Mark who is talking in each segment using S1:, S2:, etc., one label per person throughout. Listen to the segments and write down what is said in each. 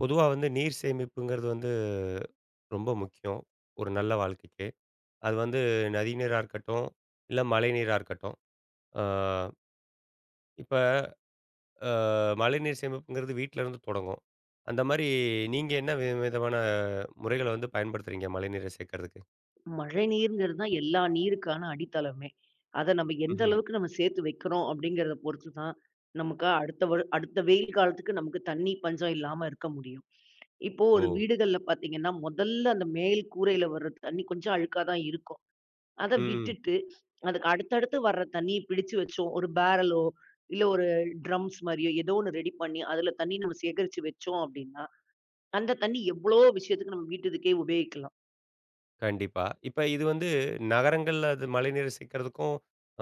S1: பொதுவா வந்து நீர் சேமிப்புங்கிறது வந்து ரொம்ப முக்கியம். ஒரு நல்ல வாழ்க்கைக்கு. அது வந்து நதி நீரா இருக்கட்டும், இல்ல மழை நீரா இருக்கட்டும். அ இப்ப அ மழைநீர் சேமிப்புங்கிறது வீட்ல இருந்து தொடங்கும். அந்த மாரி நீங்க என்ன விதமான முறைகள வந்து பயன்படுத்துறீங்க மழைநீர சேர்க்கறதுக்கு?
S2: மழைநீர்ங்கிறது தான் எல்லா நீருக்கான அடித்தளமே. அத நம்ம எந்த
S1: ம்ஹ்ம்.
S2: அளவுக்கு நம்ம சேர்த்து வைக்கிறோம் அப்படிங்கிறத பொறுத்து தான், நமக்கு அடுத்த அடுத்த வெயில் காலத்துக்கு நமக்கு தண்ணி பஞ்சம் இல்லாம இருக்க முடியும். இப்போ
S1: ஓ!
S2: ஒரு வீடுகள்ல பார்த்தீங்கன்னா, முதல்ல அந்த மேல் கூரையில வர்ற தண்ணி கொஞ்சம் அழுக்கா தான் இருக்கும். அத
S1: ம்.
S2: விட்டுட்டு, அதுக்கு அடுத்தடுத்து வர்ற தண்ணிய பிடிச்சு வச்சோம். ஒரு பேரலோ, இல்ல ஒரு ட்ரம்ஸ் மாரியோ ஏதோ ஒண்ணு ரெடி பண்ணி, அதுல தண்ணி நம்ம சேகரிச்சு வச்சோம் அப்படின்னா, அந்த தண்ணி எவ்வளோ விஷயத்துக்கு நம்ம வீட்டு இதுக்கே உபயோகிக்கலாம்.
S1: கண்டிப்பா. இப்ப இது வந்து நகரங்கள்ல அது மழைநீர சேர்க்கறதுக்கும்,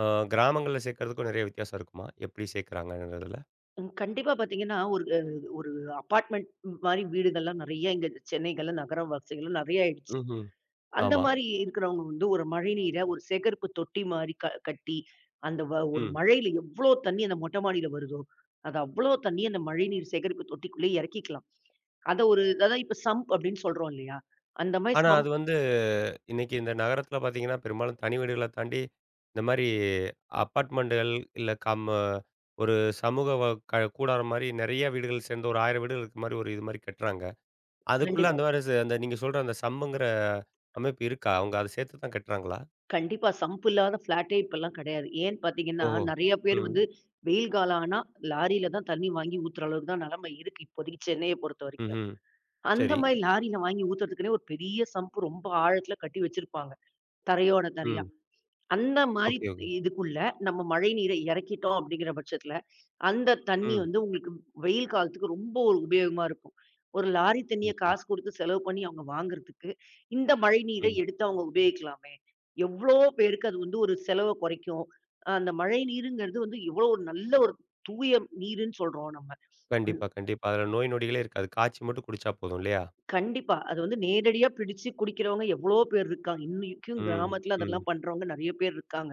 S1: அ கிராமங்கள்ல சேர்க்கறதுக்கும் நெறைய வித்தியாசம் இருக்குமா? எப்படி சேர்க்கறாங்கங்கிறதுல?
S2: ம். கண்டிப்பா பார்த்தீங்கன்னா, ஒரு அபார்ட்மெண்ட் மாரி வீடுகள்லாம் நெறைய இங்க சென்னைகள்ல, நகரவாசிகள்ல நெறைய ஆயிடுச்சு.
S1: ம்ஹ்ம்.
S2: அந்த
S1: ஆமா.
S2: மாரி இருக்கிறவங்க வந்து ஒரு மழை நீர ஒரு சேகரிப்பு தொட்டி மாரி கட்டி, அந்த வ ஒரு
S1: ம்.
S2: மழையில எவ்ளோ தண்ணி அந்த மொட்டை மாடியில வருதோ, அது அவ்ளோ தண்ணி அந்த மழைநீர் சேகரிப்பு தொட்டிக்குள்ளயே இறக்கிக்கலாம். அத ஒரு அதான் இப்ப சம்ப் அப்படின்னு சொல்றோம் இல்லையா? அந்த மாரி
S1: ஆனா அது
S2: சம்ப்
S1: வந்து இன்னைக்கு இந்த நகரத்துல பார்த்தீங்கன்னா, பெரும்பாலும் தனி வீடுகள தாண்டி, இந்த மாரி அப்பார்ட்மெண்டுகள் இல்ல ஒரு சமூக வ க கூடாரம் மாரி நெறைய வீடுகள் சேர்ந்து ஒரு 1000 வீடுகள் இருக்க மாரி ஒரு இது மாரி கட்டுறாங்க. அதுக்குள்ள
S2: கண்டிப்பா.
S1: அந்த மாரி அந்த நீங்க சொல்ற அந்த சம்முங்கிற அமைப்பு இருக்கா? அவங்க அத சேர்த்து தான் கட்டுறாங்களா?
S2: கண்டிப்பா. சம்ப் இல்லாத ஃப்ளாட்டே இப்பல்லாம் கிடையாது. ஏன்னு பார்த்தீங்கன்னா,
S1: ஓஹோ!
S2: ம். நெறைய பேர்
S1: ம்.
S2: வந்து வெயில் காலம் ஆனா லாரியில தான் தண்ணி வாங்கி ஊத்துற அளவுக்கு தான் நெலைமை இருக்கு இப்போதைக்கு சென்னைய பொறுத்தவரைக்கும்.
S1: ம்ஹ்ம்.
S2: அந்த
S1: சரி.
S2: ஆமா. மாரி லாரியில வாங்கி ஊத்துறதுக்குன்னே ஒரு பெரிய சம்ப் ரொம்ப ஆழத்துல கட்டி வச்சிருப்பாங்க. தரையோட தரையா.
S1: ம்.
S2: அந்த மாரி
S1: ஓகே, ஓகே.
S2: இதுக்குள்ள நம்ம மழை நீரை இறக்கிட்டோம் அப்படிங்கிற பட்சத்துல, அந்த தண்ணி
S1: ம்.
S2: வந்து உங்களுக்கு வெயில் காலத்துக்கு ரொம்ப ஒரு உபயோகமா இருக்கும். ஒரு லாரி
S1: ம்,
S2: தண்ணிய
S1: ம்,
S2: காசு குடுத்து செலவு பண்ணி அவங்க வாங்குறதுக்கு, இந்த மழை நீரை
S1: ம்.
S2: எடுத்து அவங்க உபயோகிக்கலாமே. எவ்ளோ பேருக்கு அது வந்து ஒரு செலவ குறைக்கும். அந்த மழை நீருங்கிறது வந்து எவ்ளோ ஒரு நல்ல ஒரு தூய நீருன்னு சொல்றோம் நம்ம.
S1: கண்டிப்பா, கண்டிப்பா. அதுல நோய் நொடிகளே இருக்காது. காய்ச்சி மட்டும் குடிச்சா போதும் இல்லையா?
S2: கண்டிப்பா. அது வந்து நேரடியா பிடிச்சு குடிக்கிறவங்க எவ்ளோ பேர் இருக்காங்க. இன்னைக்கும்
S1: ம்.
S2: கிராமத்துல
S1: ம்.
S2: அதெல்லாம் பண்றவங்க நெறைய பேர் இருக்காங்க.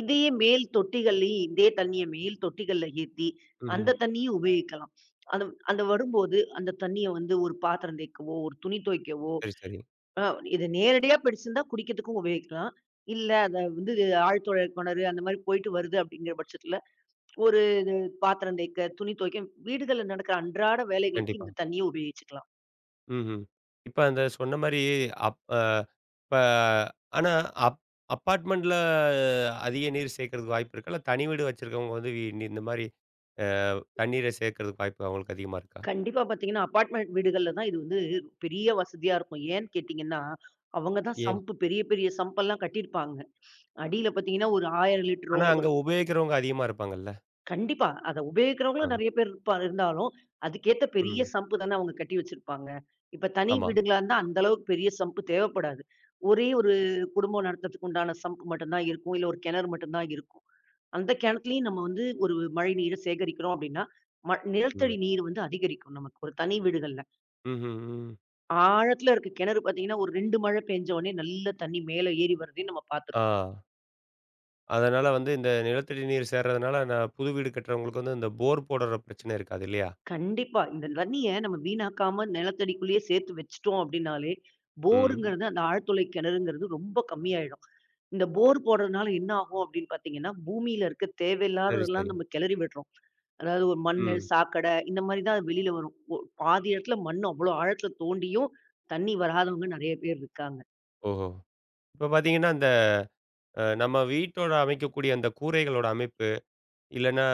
S2: இதையே மேல் தொட்டிகள்லயும் இதே தண்ணீய மேல் தொட்டிகள்ல ஏத்தி, அந்த
S1: ம்ஹ்ம்.
S2: ம்ஹ்ம். தண்ணீயும் உபயோகிக்கலாம். அது அந்த வரும்போது அந்த தண்ணீய வந்து ஒரு பாத்திரம் தேய்க்கவோ, ஒரு துணி துவைக்கவோ,
S1: சரி, சரி.
S2: அ இது நேரடியா பிடிச்சிருந்தா குடிக்கிறதுக்கும் உபயோகிக்கலாம். இல்ல அத வந்து ஆழ்துளை கிணறு அந்த மாரி போயிட்டு வருது அப்படிங்கிற பட்சத்துல, ஒரு இது பாத்திரம் தேய்க்க, துணி துவைக்க, வீடுகள்ல நடக்கிற அன்றாட வேலைகளுக்கு
S1: கண்டிப்பா.
S2: இந்த தண்ணீய உபயோகிச்சுக்கலாம்.
S1: ம்ஹ்ம். இப்ப அந்த சொன்ன மாரி அப் அ இப்ப ஆனா அப் அப்பார்ட்மெண்ட்ல அதிக நீர் சேர்க்கறதுக்கு வாய்ப்பு இருக்கா? இல்ல தனி வீடு வச்சிருக்கவங்க வந்து இந்த மாரி அ தண்ணீரை சேர்க்கறதுக்கு வாய்ப்பு அவங்களுக்கு அதிகமா இருக்கா?
S2: கண்டிப்பா பாத்தீங்கன்னா, அபார்ட்மெண்ட் வீடுகள்ல தான் இது வந்து பெரிய வசதியா இருக்கும். ஏன்னு கேட்டீங்கன்னா, அவங்க தான்
S1: ஏன்?
S2: சம்ப் பெரிய பெரிய சம்பெல்லாம் கட்டியிருப்பாங்க. அடியில பார்த்தீங்கன்னா, ஒரு 1,000 லிட்டரோ
S1: ஆனா அங்க உபயோகிக்கிறவங்க அதிகமா இருப்பாங்கல்ல?
S2: கண்டிப்பா. அத
S1: ஆ.
S2: உபயோகிக்கிறவங்களும் நெறைய பேர் இருப்பா இருந்தாலும், அதுக்கேத்த பெரிய
S1: ம்.
S2: சம்பு தானே அவங்க கட்டி வச்சிருப்பாங்க. இப்ப தனி
S1: ஆமா.
S2: வீடுங்களா இருந்தா, அந்த அளவுக்கு பெரிய சம்பு தேவைப்படாது. ஒரே ஒரு குடும்பம் நடத்துறதுக்கு உண்டான சம்பு மட்டும் தான் இருக்கும். இல்ல ஒரு கிணறு மட்டும் தான் இருக்கும். அந்த கிணத்துலயும் நம்ம வந்து ஒரு மழை நீரை சேகரிக்கிறோம் அப்டின்னா,
S1: ம்.
S2: நிலத்தடி நீர் வந்து அதிகரிக்கும் நமக்கு ஒரு தனி வீடுகள்ல.
S1: ம்ஹ்ம். ம்.
S2: ஆழத்துல இருக்க கிணறு பார்த்தீங்கன்னா, ஒரு 2 மழை பெஞ்ச உடனே நல்ல தண்ணி மேல ஏறி வரதையும் நம்ம
S1: ஆ.
S2: பார்த்துருக்கோம்.
S1: அதனால வந்து இந்த நிலத்தடி நீர் சேர்றதுனால நான் புது வீடு கட்டுறவங்களுக்கு வந்து இந்த போர் போடுற பிரச்சனை இருக்காது இல்லையா?
S2: கண்டிப்பா. இந்த தண்ணிய நம்ம வீணாக்காம நிலத்தடிக்குள்ளேயே சேர்த்து வச்சுட்டோம் அப்படின்னாலே, ம்ஹ்ம்.
S1: ம்.
S2: போருங்கிறது அந்த ஆழ்துளை கிணறுங்கிறது ரொம்ப கம்மியாயிடும். இந்த போர் போடுறதுனால என்ன ஆகும் அப்படின்னு பார்த்தீங்கன்னா, பூமியில இருக்க
S1: சரி,
S2: தேவையில்லாததெல்லாம்
S1: சரி.
S2: நம்ம கிளறி விடுறோம். அதாவது ஒரு மண்ணு,
S1: ம்.
S2: சாக்கடை இந்த மாரி தான் அது வெளியில வரும். பாதி இடத்துல மண் அவ்வளோ ஆழத்துல தோண்டியும் தண்ணி வராதவங்க நெறைய பேர் இருக்காங்க.
S1: ஓஹோ! இப்ப பார்த்தீங்கன்னா, இந்த நம்ம வீட்டோட அமைக்கக்கூடிய அந்த கூரைகளோட அமைப்பு, இல்லன்னா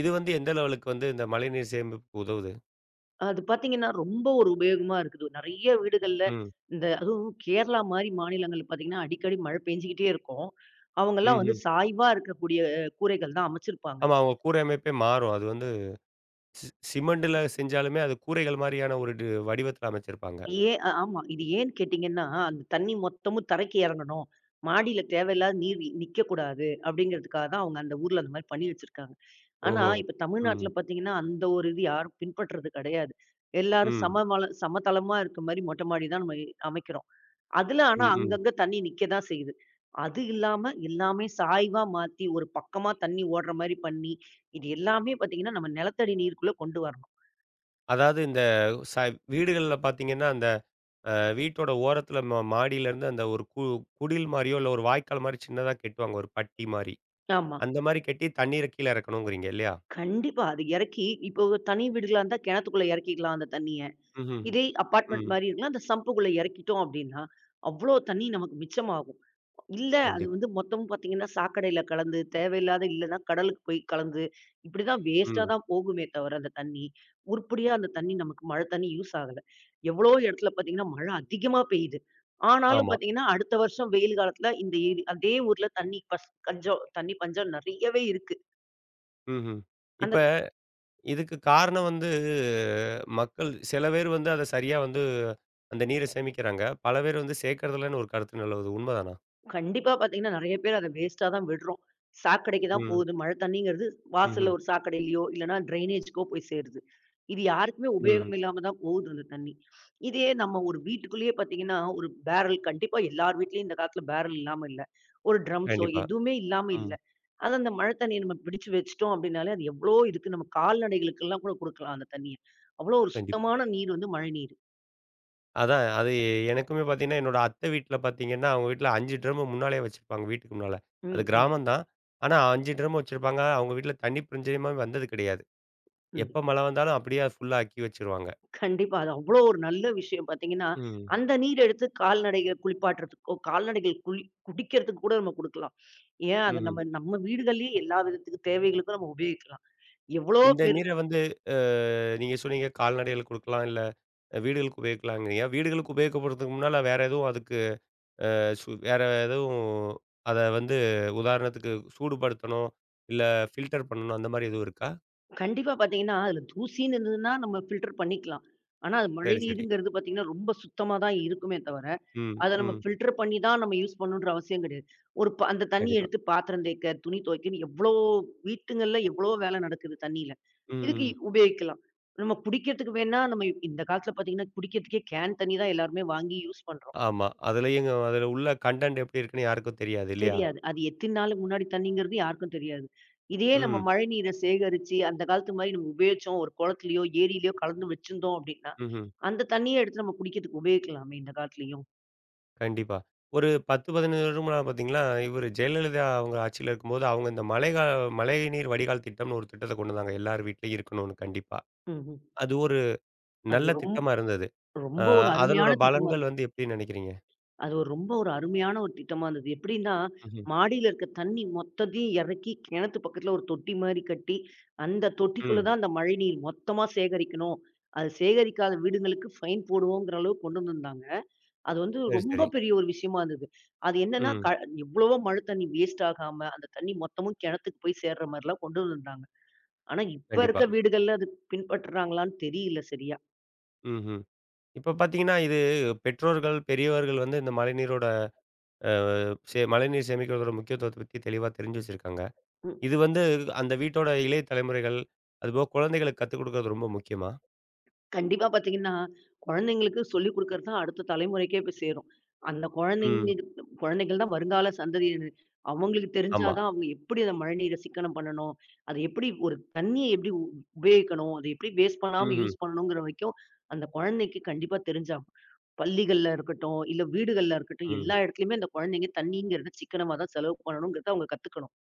S1: இது வந்து எந்த லெவலுக்கு வந்து இந்த மழைநீர் சேமிப்புக்கு உதவுது?
S2: அது பார்த்தீங்கன்னா, ரொம்ப ஒரு உபயோகமா இருக்குது. நெறைய வீடுகள்ல
S1: ம்.
S2: இந்த அதுவும் கேரளா மாரி மாநிலங்கள்ல பார்த்தீங்கன்னா, அடிக்கடி மழை பெஞ்சுகிட்டே இருக்கும். அவங்கலாம் வந்து
S1: ம்ஹ்ம்.
S2: சாய்வா இருக்கக்கூடிய கூரைகள் தான் அமைச்சிருப்பாங்க.
S1: ஆமா. அவங்க கூரை அமைப்பே மாறும். அது வந்து சி சிமெண்ட்ல செஞ்சாலுமே அது கூரைகள் மாரியான ஒரு டி வடிவத்தில அமைச்சிருப்பாங்க.
S2: ஏன் அ ஆமா. இது ஏன்னு கேட்டீங்கன்னா, அந்த தண்ணி மொத்தமும் தரைக்கு இறங்கணும். மாடியில தேவையில்லாத நீர் நிக்கக்கூடாது அப்படிங்கிறதுக்காக தான் அவங்க அந்த ஊர்ல அந்த மாரி பண்ணி வச்சிருக்காங்க. ஆனா,
S1: ஓஹோ!
S2: ஓஹோ! இப்ப
S1: ம்.
S2: தமிழ்நாட்டுல பார்த்தீங்கன்னா, அந்த ஒரு இது யாரும் பின்பற்றது கிடையாது. எல்லாரும்
S1: ம்.
S2: சமதளமா இருக்க மாரி மொட்டை மாடி தான் நம்ம அமைக்கிறோம். அதுல
S1: ம்,
S2: ஆனா
S1: ம்.
S2: அங்கங்க தண்ணி நிக்கதான் செய்யுது. அது இல்லாம எல்லாமே சாய்வா மாத்தி, ஒரு பக்கமா தண்ணி ஓடுற மாரி பண்ணி, இது எல்லாமே பார்த்தீங்கன்னா, நம்ம நிலத்தடி நீருக்குள்ள கொண்டு வரணும்.
S1: அதாவது இந்த ச வீடுகள்ல பார்த்தீங்கன்னா, அந்த அ வீட்டோட ஓரத்தில மாடியிலேருந்து அந்த ஒரு குடில் மாரியோ, இல்ல ஒரு வாய்க்கால் மாரி சின்னதா கெட்டுவாங்க. ஒரு பட்டி மாரி.
S2: ஆமா.
S1: அந்த மாரி கெட்டி தண்ணீர கீழ இறக்கணுங்கிறீங்க இல்லையா?
S2: கண்டிப்பா. அது எறக்கி இப்போ ஒரு தனி வீடுகளா இருந்தா கிணத்துக்குள்ள எறக்கிக்கலாம் அந்த தண்ணிய. ம்.
S1: ம்ஹ்ம்.
S2: இதே அபார்ட்மெண்ட்
S1: ம்.
S2: மாரி இருக்குன்னா, அந்த சம்புக்குள்ள எறக்கிட்டோம் அப்டின்னா, அவ்ளோ தண்ணி நமக்கு மிச்சமாகும். இல்ல. அது
S1: கண்டிப்பா.
S2: வந்து
S1: ம்.
S2: மொத்தமும் பார்த்தீங்கன்னா, சாக்கடையில கலந்து, தேவையில்லாத இல்லன்னா கடலுக்கு போய் கலந்து, இப்படிதான் வேஸ்ட்டா
S1: கண்டிப்பா.
S2: தான் போகுமே தவிர அந்த தண்ணி, உருப்படியா அந்த தண்ணி நமக்கு மழை தண்ணி யூஸ் ஆகல. எவ்வளோ இடத்துல பார்த்தீங்கன்னா, மழை அதிகமா பெய்யுது. ஆனாலும்
S1: ஆமா.
S2: பார்த்தீங்கன்னா, அடுத்த வருஷம் வெயில் காலத்துல இந்த ஏரி அதே ஊர்ல தண்ணி பஸ் கஞ்சம் தண்ணி பஞ்சம் நெறையவே இருக்கு.
S1: ம்ஹ்ம். இப்ப
S2: அந்த
S1: இதுக்கு காரணம் வந்து மக்கள் சில பேர் வந்து அத சரியா வந்து அந்த நீர சேமிக்கிறாங்க. பல பேர் வந்து சேர்க்கறதில்லன்னு ஒரு கருத்து நிலவுது. உண்மதானா?
S2: கண்டிப்பா பார்த்தீங்கன்னா, நெறைய பேர் அத வேஸ்ட்டா தான் விடுறோம். சாக்கடைக்கு தான்
S1: ம்.
S2: போகுது. மழை தண்ணீங்கிறது
S1: ம்ஹ்ம்.
S2: வாசல்ல ஒரு சாக்கடையிலயோ, இல்லன்னா ட்ரைனேஜ்க்கோ போய் சேருது. இது யாருக்குமே
S1: ம்.
S2: உபயோகம் ம். இல்லாம தான் போகுது அந்த தண்ணி. இதே நம்ம ஒரு வீட்டுக்குள்ளேயே பார்த்தீங்கன்னா, ஒரு பேரல் கண்டிப்பா எல்லார் வீட்லயும் இந்த காலத்துல பேரல் இல்லாம இல்ல. ஒரு ட்ரம்ஸோ
S1: கண்டிப்பா.
S2: எதுவுமே இல்லாம
S1: ம்.
S2: இல்ல. ஆனா அந்த மழை தண்ணிய நம்ம பிடிச்சு வச்சுட்டோம் அப்படின்னாலே, அது எவ்வளோ இதுக்கு நம்ம கால்நடைகளுக்கெல்லாம் கூட குடுக்கலாம் அந்த தண்ணிய. அவ்வளோ ஒரு
S1: கண்டிப்பா.
S2: சுத்தமான நீர் வந்து மழைநீர்.
S1: அதான் அது எனக்குமே பார்த்தீங்கன்னா, என்னோட அத்தை வீட்ல பார்த்தீங்கன்னா, அவங்க வீட்ல 5 ட்ரம் முன்னாலயே வச்சிருப்பாங்க வீட்டுக்கு முன்னால. அது
S2: ம், ம்,
S1: கிராமம் தான். ஆனா 5 ட்ரம் வச்சிருப்பாங்க. அவங்க வீட்ல தண்ணி பிரஞ்சயமே வந்தது கிடையாது.
S2: ம்.
S1: எப்ப மழை வந்தாலும் அப்படியே ஃபுல்லா ஆக்கி வச்சுருவாங்க.
S2: கண்டிப்பா. அது அவ்ளோ ஒரு நல்ல விஷயம் பார்த்தீங்கன்னா,
S1: ம்.
S2: அந்த நீர் எடுத்து கால்நடைகள் குளிப்பாட்டுறதுக்கோ, கால்நடைகள் குளி குடிக்கிறதுக்கு கூட நம்ம குடுக்கலாம். ஏன் அத
S1: ம்ஹ்ம்.
S2: நம்ம நம்ம வீடுகள்லயே எல்லா விதத்துக்கு தேவைகளுக்கும் நம்ம உபயோகிக்கலாம். எவ்ளோ
S1: இந்த
S2: பேரு
S1: நீர வந்து அ நீங்க சொன்னீங்க கால்நடைகளுக்கு குடுக்கலாம், இல்ல வீடுகளுக்கு உபயோகிக்கலாங்கிறீங்க. வீடுகளுக்கு உபயோகப்படுத்துறதுக்கு முன்னால வேற எதுவும் அதுக்கு வேற எதுவும் அத வந்து உதாரணத்துக்கு சூடுபடுத்தணும், இல்ல ஃபில்டர் பண்ணணும் அந்த மாரி எதுவும் இருக்கா?
S2: கண்டிப்பா பார்த்தீங்கன்னா, அதுல தூசின்னு இருந்ததுன்னா நம்ம ஃபில்டர் பண்ணிக்கலாம். ஆனா அது மழை
S1: சரி, சரி.
S2: நீருங்கிறது பார்த்தீங்கன்னா, ரொம்ப சுத்தமா தான் இருக்குமே தவிர
S1: ம்,
S2: அத நம்ம
S1: ம்.
S2: ஃபில்டர் பண்ணி தான் நம்ம யூஸ் பண்ணணுன்ற அவசியம் கிடையாது. ஒரு ப அந்த தண்ணீய
S1: கண்டிப்பா.
S2: எடுத்து பாத்திரம் தேய்க்க, துணி துவைக்கன்னு எவ்ளோ வீட்டுங்கள்ல எவ்ளோ வேலை நடக்குது தண்ணீல.
S1: ம்,
S2: இதுக்கு
S1: ம்.
S2: உபயோகிக்கலாம். நம்ம குடிக்கிறதுக்கு வேணா நம்ம இந்த காலத்துல பாத்தீங்கன்னா, குடிக்கிறதுக்கே கேன் தண்ணி தான் எல்லாருமே வாங்கி யூஸ் பண்றோம்.
S1: ஆமா. அதுலயும் அதுல உள்ள கன்டென்ட் எப்படி இருக்குன்னு யாருக்கும் தெரியாது இல்லையா?
S2: தெரியாது. அது எத்தன நாளுக்கு முன்னாடி தண்ணீங்கிறது யாருக்கும் தெரியாது. இதே நம்ம
S1: ம்.
S2: மழை நீர சேகரிச்சு, அந்த காலத்து மாரி நம்ம உபயோகிச்சோம். ஒரு குளத்துலயோ, ஏரியிலயோ கலந்து வச்சிருந்தோம் அப்டின்னா,
S1: ம்ஹ்ம்.
S2: அந்த தண்ணீய எடுத்து நம்ம குடிக்கிறதுக்கு உபயோகிக்கலாமே இந்த காலத்துலயும்.
S1: கண்டிப்பா. ஒரு 10, 15 வருடம் முன்னால பார்த்தீங்கன்னா, இவரு ஜெயலலிதா அவங்க ஆட்சியில இருக்கும்போது, அவங்க இந்த மழைநீர் வடிகால் திட்டம்னு ஒரு திட்டத்த கொண்டு வந்தாங்க. எல்லார் வீட்லயும் இருக்கணும்னு கண்டிப்பா.
S2: ம்ஹ்ம்.
S1: அது ஒரு
S2: அது
S1: நல்ல திட்டமா இருந்தது. அ
S2: ரொம்ப ஒரு
S1: அதனோட
S2: அருமையான திட்டம்.
S1: பலன்கள் வந்து எப்டின்னு நெனைக்கிறீங்க?
S2: அது ஒரு ரொம்ப ஒரு அருமையான ஒரு திட்டமா இருந்தது. எப்படின்னா,
S1: ம்ஹ்ம்.
S2: மாடியில இருக்க தண்ணி மொத்தத்தையும் இறக்கி கிணத்து பக்கத்துல ஒரு தொட்டி மாரி கட்டி, அந்த தொட்டிக்குள்ள
S1: ம்.
S2: தான் அந்த மழைநீர் மொத்தமா சேகரிக்கணும். அது சேகரிக்காத வீடுங்களுக்கு ஃபைன் போடுவோங்கிற அளவுக்கு கொண்டு வந்திருந்தாங்க. அது வந்து
S1: சரி,
S2: ரொம்ப
S1: சரி.
S2: பெரிய ஒரு விஷயமா இருந்தது. அது என்னன்னா,
S1: ம்.
S2: எவ்வளவோ மழை தண்ணி வேஸ்ட் ஆகாம, அந்த தண்ணி மொத்தமும் கிணத்துக்கு போய் சேர்ற மாரிலாம் கொண்டு வந்திருந்தாங்க. ஆனா, இப்ப
S1: கண்டிப்பா.
S2: இருக்க வீடுகள்ல அது பின்பற்றுறாங்களான்னு தெரியல சரியா.
S1: ம்ஹ்ம். இப்ப பார்த்தீங்கன்னா, இது பெற்றோர்கள், பெரியவர்கள் வந்து இந்த மழைநீரோட அ சே மழைநீர் சேமிக்கிறதோட முக்கியத்துவத்த பத்தி தெளிவா தெரிஞ்சு வச்சிருக்காங்க. இது வந்து அந்த வீட்டோட இளைய தலைமுறைகள், அதுபோக குழந்தைகளுக்கு கத்துக் குடுக்கறது ரொம்ப முக்கியமா?
S2: கண்டிப்பா பார்த்தீங்கன்னா, குழந்தைங்களுக்கு சொல்லிக் குடுக்கிறது தான் அடுத்த தலைமுறைக்கே போய் சேரும். அந்த
S1: ம்.
S2: குழந்தைங்க குழந்தைகள் தான் வருங்கால சந்ததியினர். அவங்களுக்கு தெரிஞ்சா
S1: ஆமா.
S2: தான் அவங்க எப்படி அத மழைநீர சிக்கனம் பண்ணணும், அது எப்படி ஒரு தண்ணிய எப்படி உபயோகிக்கணும், அத எப்படி வேஸ்ட் பண்ணாம
S1: ம்ஹ்ம்.
S2: யூஸ் பண்ணணுங்கிற வரைக்கும், அந்த குழந்தைக்கு கண்டிப்பா தெரிஞ்சாகும். பள்ளிகள்ல இருக்கட்டும், இல்ல வீடுகள்ல இருக்கட்டும்,
S1: ம்.
S2: எல்லா இடத்துலயுமே அந்த குழந்தைங்க தண்ணீங்கிறத சிக்கனமா தான் செலவு பண்ணணுங்கிறத அவங்க கத்துக்கணும்.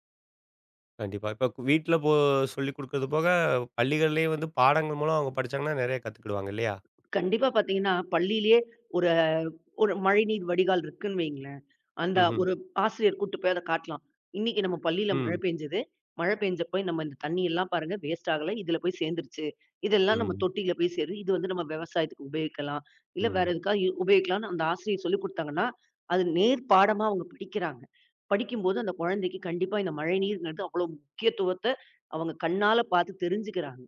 S1: கண்டிப்பா. இப்ப வீட்ல சொல்லிக் குடுக்கறது போக, பள்ளிகள்லயே வந்து பாடங்கள் மூலம் அவங்க படிச்சாங்கன்னா, நெறைய கத்துக்கிடுவாங்க இல்லையா?
S2: கண்டிப்பா பாத்தீங்கன்னா, பள்ளியிலேயே ஒரு ஒரு மழைநீர் வடிகால் இருக்குன்னு வையுங்களேன். அந்த
S1: ம்ஹ்ம்.
S2: ஒரு ஆசிரியர் கூட்டு போய் அத காட்டலாம். இன்னைக்கு நம்ம பள்ளியில மழை
S1: ம்.
S2: பெஞ்சது. மழை பெஞ்சப்போ நம்ம இந்த தண்ணி எல்லாம் பாருங்க வேஸ்ட் ஆகல. இதுல போய் சேர்ந்துருச்சு. இதெல்லாம் நம்ம
S1: ம்.
S2: தொட்டியில போய் சேரும். இது வந்து நம்ம விவசாயத்துக்கு உபயோகிக்கலாம். இல்ல வேற
S1: ம்.
S2: எதுக்கா உபயோகிக்கலாம்ன்னு அந்த ஆசிரியர் சொல்லிக் குடுத்தாங்கன்னா, அது நேர் பாடமா அவங்க படிக்கிறாங்க. படிக்கும்போது அந்த குழந்தைக்கு கண்டிப்பா இந்த மழைநீர்ங்கிறது அவ்வளோ முக்கியத்துவத்த அவங்க கண்ணால பாத்து தெரிஞ்சுக்கிறாங்க.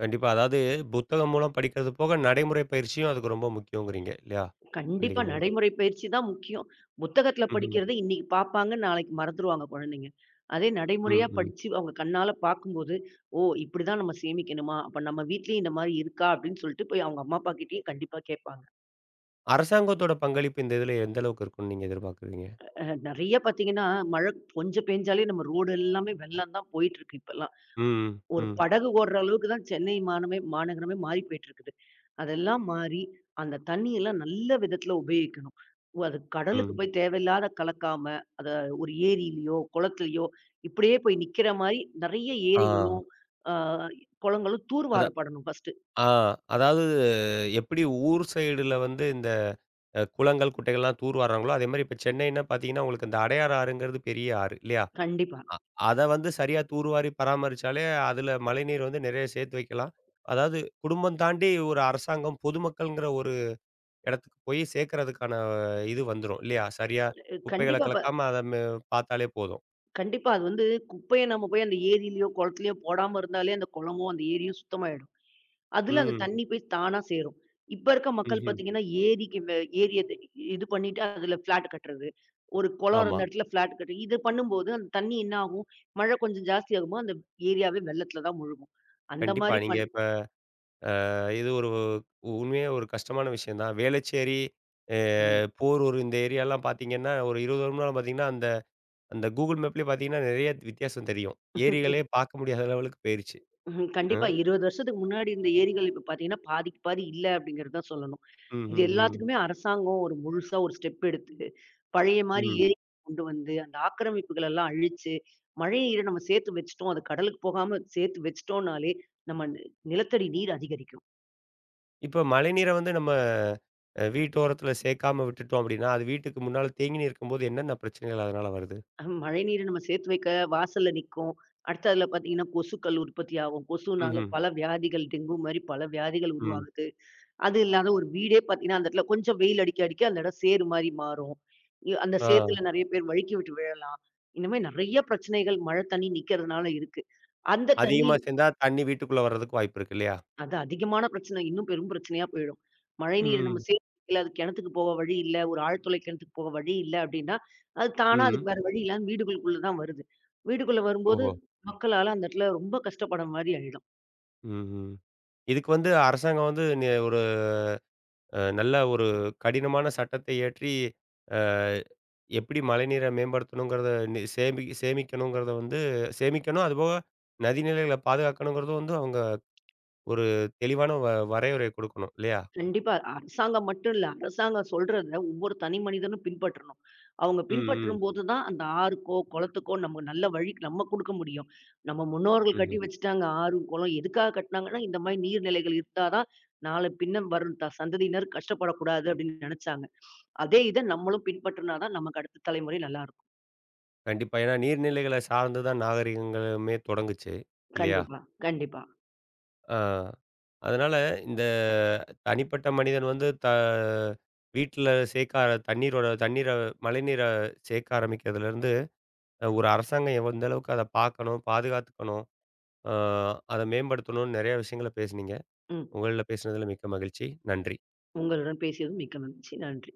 S1: கண்டிப்பா. அதாவது புத்தகம் மூலம் படிக்கிறது போக, நடைமுறை பயிற்சியும் அதுக்கு ரொம்ப முக்கியங்கிறீங்க இல்லையா?
S2: கண்டிப்பா.
S1: பள்ளிகள்ல.
S2: நடைமுறை பயிற்சி தான் முக்கியம். புத்தகத்துல
S1: ம்ஹ்ம்.
S2: படிக்கிறத இன்னைக்கு பாப்பாங்க, நாளைக்கு மறந்துருவாங்க குழந்தைங்க. அதே
S1: ம்.
S2: நடைமுறையா
S1: ம்.
S2: படிச்சு அவங்க கண்ணால பார்க்கும்போது, "ஓ! இப்படிதான் நம்ம சேமிக்கணுமா? அப்ப நம்ம வீட்லயும் இந்த மாரி இருக்கா?" அப்படின்னு சொல்லிட்டு போய் அவங்க அம்மா, அப்பா கிட்டயும் கண்டிப்பா கேட்பாங்க.
S1: அரசாங்கத்தோட பங்களிப்பு இந்த இதுல எந்த அளவுக்கு இருக்கும்னு நீங்க எதிர்பார்க்குறீங்க?
S2: நெறைய பார்த்தீங்கன்னா, மழை கொஞ்சம் பேஞ்சாலே நம்ம ரோடு எல்லாமே வெள்ளம் தான் போயிட்டு இருக்கு இப்பல்லாம்.
S1: ம்.
S2: ஒரு
S1: ம்.
S2: படகு ஓடுற அளவுக்கு தான் சென்னை மாநகரமே மாறி போயிட்டுருக்குது. அதெல்லாம் மாறி, அந்த தண்ணியெல்லாம் நல்ல விதத்துல உபயோகிக்கணும். அது கடலுக்கு
S1: ம்.
S2: போய் தேவையில்லாத கலக்காம, அத ஒரு ஏரியிலயோ, குளத்திலயோ இப்படியே போய் நிக்கிற மாரி நெறைய
S1: ஆ.
S2: ஏரிகளும், ஆ குளங்களும்
S1: அத
S2: தூர்வாரப்படணும் ஃபர்ஸ்ட்டு.
S1: ஆ. அதாவது எப்படி ஊர் சைடுல வந்து குளங்கள், குட்டைகள்லாம் தூர் வார்றாங்களோ, அதேமாரி இப்ப சென்னைன்னா பார்த்தீங்கன்னா, உங்களுக்கு இந்த அடையாறு ஆறுங்கிறது பெரிய ஆறு இல்லையா?
S2: கண்டிப்பா.
S1: அ. அத வந்து சரியா தூர்வாரி பராமரிச்சாலே, அதுல மழைநீர் வந்து நிறைய சேர்த்து வைக்கலாம். அதாவது குடும்பம் தாண்டி ஒரு அரசாங்கம், பொதுமக்கள்ங்கிற ஒரு இடத்துக்கு போய் சேர்க்கறதுக்கான இது வந்துரும் இல்லையா? சரியா
S2: அ
S1: குப்பைகள
S2: கண்டிப்பா ப
S1: கலக்காம அத பார்த்தாலே போதும்.
S2: கண்டிப்பா அது வந்து குப்பைய நம்ம போய் அந்த ஏரியிலயோ, குளத்திலயோ போடாம இருந்தாலே அந்த குளமும், அந்த ஏரியும் சுத்தமாயிடும். அதுல அந்த
S1: ம்.
S2: தண்ணி போய் தானா சேரும். இப்ப இருக்க மக்கள்
S1: ம்ஹ்ம்.
S2: பாத்தீங்கன்னா, ஏரிக்கு வே ஏரிய இது இது பண்ணிட்டு அதுல ஃப்ளாட் கட்டுறது. ஒரு குளம்
S1: ஆமா.
S2: இருந்த இடத்துல ஃப்ளாட் கட்டி இது பண்ணும்போது, அந்த தண்ணி என்ன ஆகும்? மழை கொஞ்சம் ஜாஸ்தி ஆகுமா, அந்த ஏரியாவே வெள்ளத்துல தான் முழுகும். அந்த
S1: கண்டிப்பா.
S2: மாரி
S1: நீங்க
S2: கண்டிப்பா.
S1: இப்ப இது ஒரு உண்மையா ஒரு கஷ்டமான விஷயம் தான். வேளச்சேரி, அ
S2: ம்.
S1: போரூர் இந்த ஏரியாலாம் பார்த்தீங்கன்னா, ஒரு 20 வருடம் முன்னால பார்த்தீங்கன்னா, அந்த அந்த கூகுள் மேப்லயே பார்த்தீங்கன்னா, நெறைய வித்தியாசம் தெரியும். ஏரிகளே பார்க்க முடியாத லெவலுக்கு போயிருச்சு. அ.
S2: கண்டிப்பா 20 வருஷத்துக்கு முன்னாடி இருந்த ஏரிகள் இப்ப பாத்தீங்கன்னா, பாதிக்கு பாதி இல்ல அப்டிங்கிறது தான் சொல்லணும்.
S1: ம்,
S2: இது
S1: ம், ம்,
S2: எல்லாத்துக்குமே அரசாங்கம் ஒரு முழுசா ஒரு ஸ்டெப் எடுத்து, பழைய மாரி ம்.
S1: ம்.
S2: ஏரி கொண்டு வந்து, அந்த ஆக்கிரமிப்புகள் எல்லாம் அழிச்சு, மழை நீர நம்ம சேர்த்து வச்சுட்டோம். அது கடலுக்கு போகாம சேர்த்து வச்சுட்டோம்னாலே, நம்ம நி நிலத்தடி நீர் அதிகரிக்கும்.
S1: இப்ப மழைநீரை வந்து நம்ம வீட்டோரத்தில சேர்க்காம விட்டுட்டோம் அப்டின்னா, அது வீட்டுக்கு முன்னால தேங்கி நிற்கும்போது என்னென்ன பிரச்சனைகள் அதனால வருது?
S2: மழை நீர நம்ம சேர்த்து வைக்க வாசல்ல நிக்கும். அடுத்து அதுல பார்த்தீங்கன்னா, கொசுக்கள் உற்பத்தி ஆகும். கொசுனால
S1: ம்ஹ்ம்.
S2: பல வியாதிகள் டெங்கு மாரி பல வியாதிகள்
S1: ம்.
S2: உருவாகுது. அது இல்லாத ஒரு வீடே பார்த்தீங்கன்னா, அந்த இடத்துல கொஞ்சம் வெயில் அடிக்க, அடிக்க அந்த இடம் சேறு மாரி மாறும். அந்த
S1: ஆ.
S2: சேத்துல நெறைய பேர் வழுக்கி விட்டு விழலாம். இந்த மாரி நெறைய பிரச்சனைகள் மழை தண்ணி நிக்கிறதுனால இருக்கு. அந்த தண்ணி
S1: அதிகமா சேர்ந்தா தண்ணி வீட்டுக்குள்ள வர்றதுக்கு வாய்ப்பு இருக்கு இல்லையா?
S2: அது அதிகமான பிரச்சனை. இன்னும் பெரும் பிரச்சனையா போயிடும். மழை
S1: ம்,
S2: நீர் நம்ம
S1: ம்,
S2: சேத்து வைக்கல, அது கிணத்துக்கு போக வழி இல்ல, ஒரு ஆழ்துளை கிணத்துக்கு போக வழி இல்ல அப்படின்னா, அது தானா
S1: ம்.
S2: அதுக்கு வேற வழி இல்லாம வீடுகளுக்குள்ள தான் வருது. வீடுக்குள்ள வரும்போது
S1: ஓஹோ!
S2: மக்களால அந்த இடத்துல ரொம்ப கஷ்டப்படுற மாரி ஆயிடும்.
S1: ம், ம். இதுக்கு வந்து அரசாங்கம் வந்து ஒரு நல்ல ஒரு கடினமான சட்டத்தை இயற்றி, அ எப்படி மழைநீரை மேம்படுத்தணுங்கிறத நி சேமி சேமிக்கணுங்கிறத வந்து சேமிக்கணும். அதுபோக நதிநிலைகள பாதுகாக்கணுங்கிறதும் வந்து அவங்க ஒரு தெளிவான வரையறைய குடுக்கணும் இல்லையா?
S2: கண்டிப்பா. அரசாங்கம் மட்டும் இல்ல. அரசாங்கம் சொல்றத ஒவ்வொரு தனி மனிதனும் பின்பற்றணும். அவங்க ம்.
S1: ம், ம்,
S2: பின்பற்றும்போது தான் அந்த ஆறுக்கோ, குளத்துக்கோ நம்ம நல்ல வழிக்கு நம்ம குடுக்க முடியும். நம்ம முன்னோர்கள்
S1: ம்ஹ்ம்.
S2: கட்டி வச்சுட்டாங்க ஆறு, குளம். எதுக்காக கட்டினாங்கன்னா, இந்த மாரி நீர்நிலைகள் இருந்தா தான் நாளை பின்ன வரும் சந்ததியினர் கஷ்டப்படக்கூடாது அப்படின்னு நெனச்சாங்க. அதே இத நம்மளும் பின்பற்றினா தான் நமக்கு அடுத்த தலைமுறை நல்லாருக்கும்.
S1: கண்டிப்பா. ஏன்னா நீர்நிலைகள சார்ந்து தான் நாகரிகங்களுமே தொடங்குச்சு இல்லையா?
S2: கண்டிப்பா, கண்டிப்பா.
S1: ஆ. அதனால இந்த தனிப்பட்ட மனிதன் வந்து வீட்ல சேர்க்க ஆர- தண்ணீரோட தண்ணீர மழைநீர சேர்க்க ஆரம்பிக்கிறதுலேருந்து ஒரு அரசாங்கம் எந்த அளவுக்கு அத பார்க்கணும், பாதுகாத்துக்கணும், அ அத மேம்படுத்தணும்னு நெறைய விஷயங்கள பேசுனீங்க.
S2: ம்.
S1: உங்களோட பேசுனதுல மிக்க மகிழ்ச்சி. நன்றி.
S2: உங்களுடன் பேசியது மிக்க மகிழ்ச்சி. நன்றி.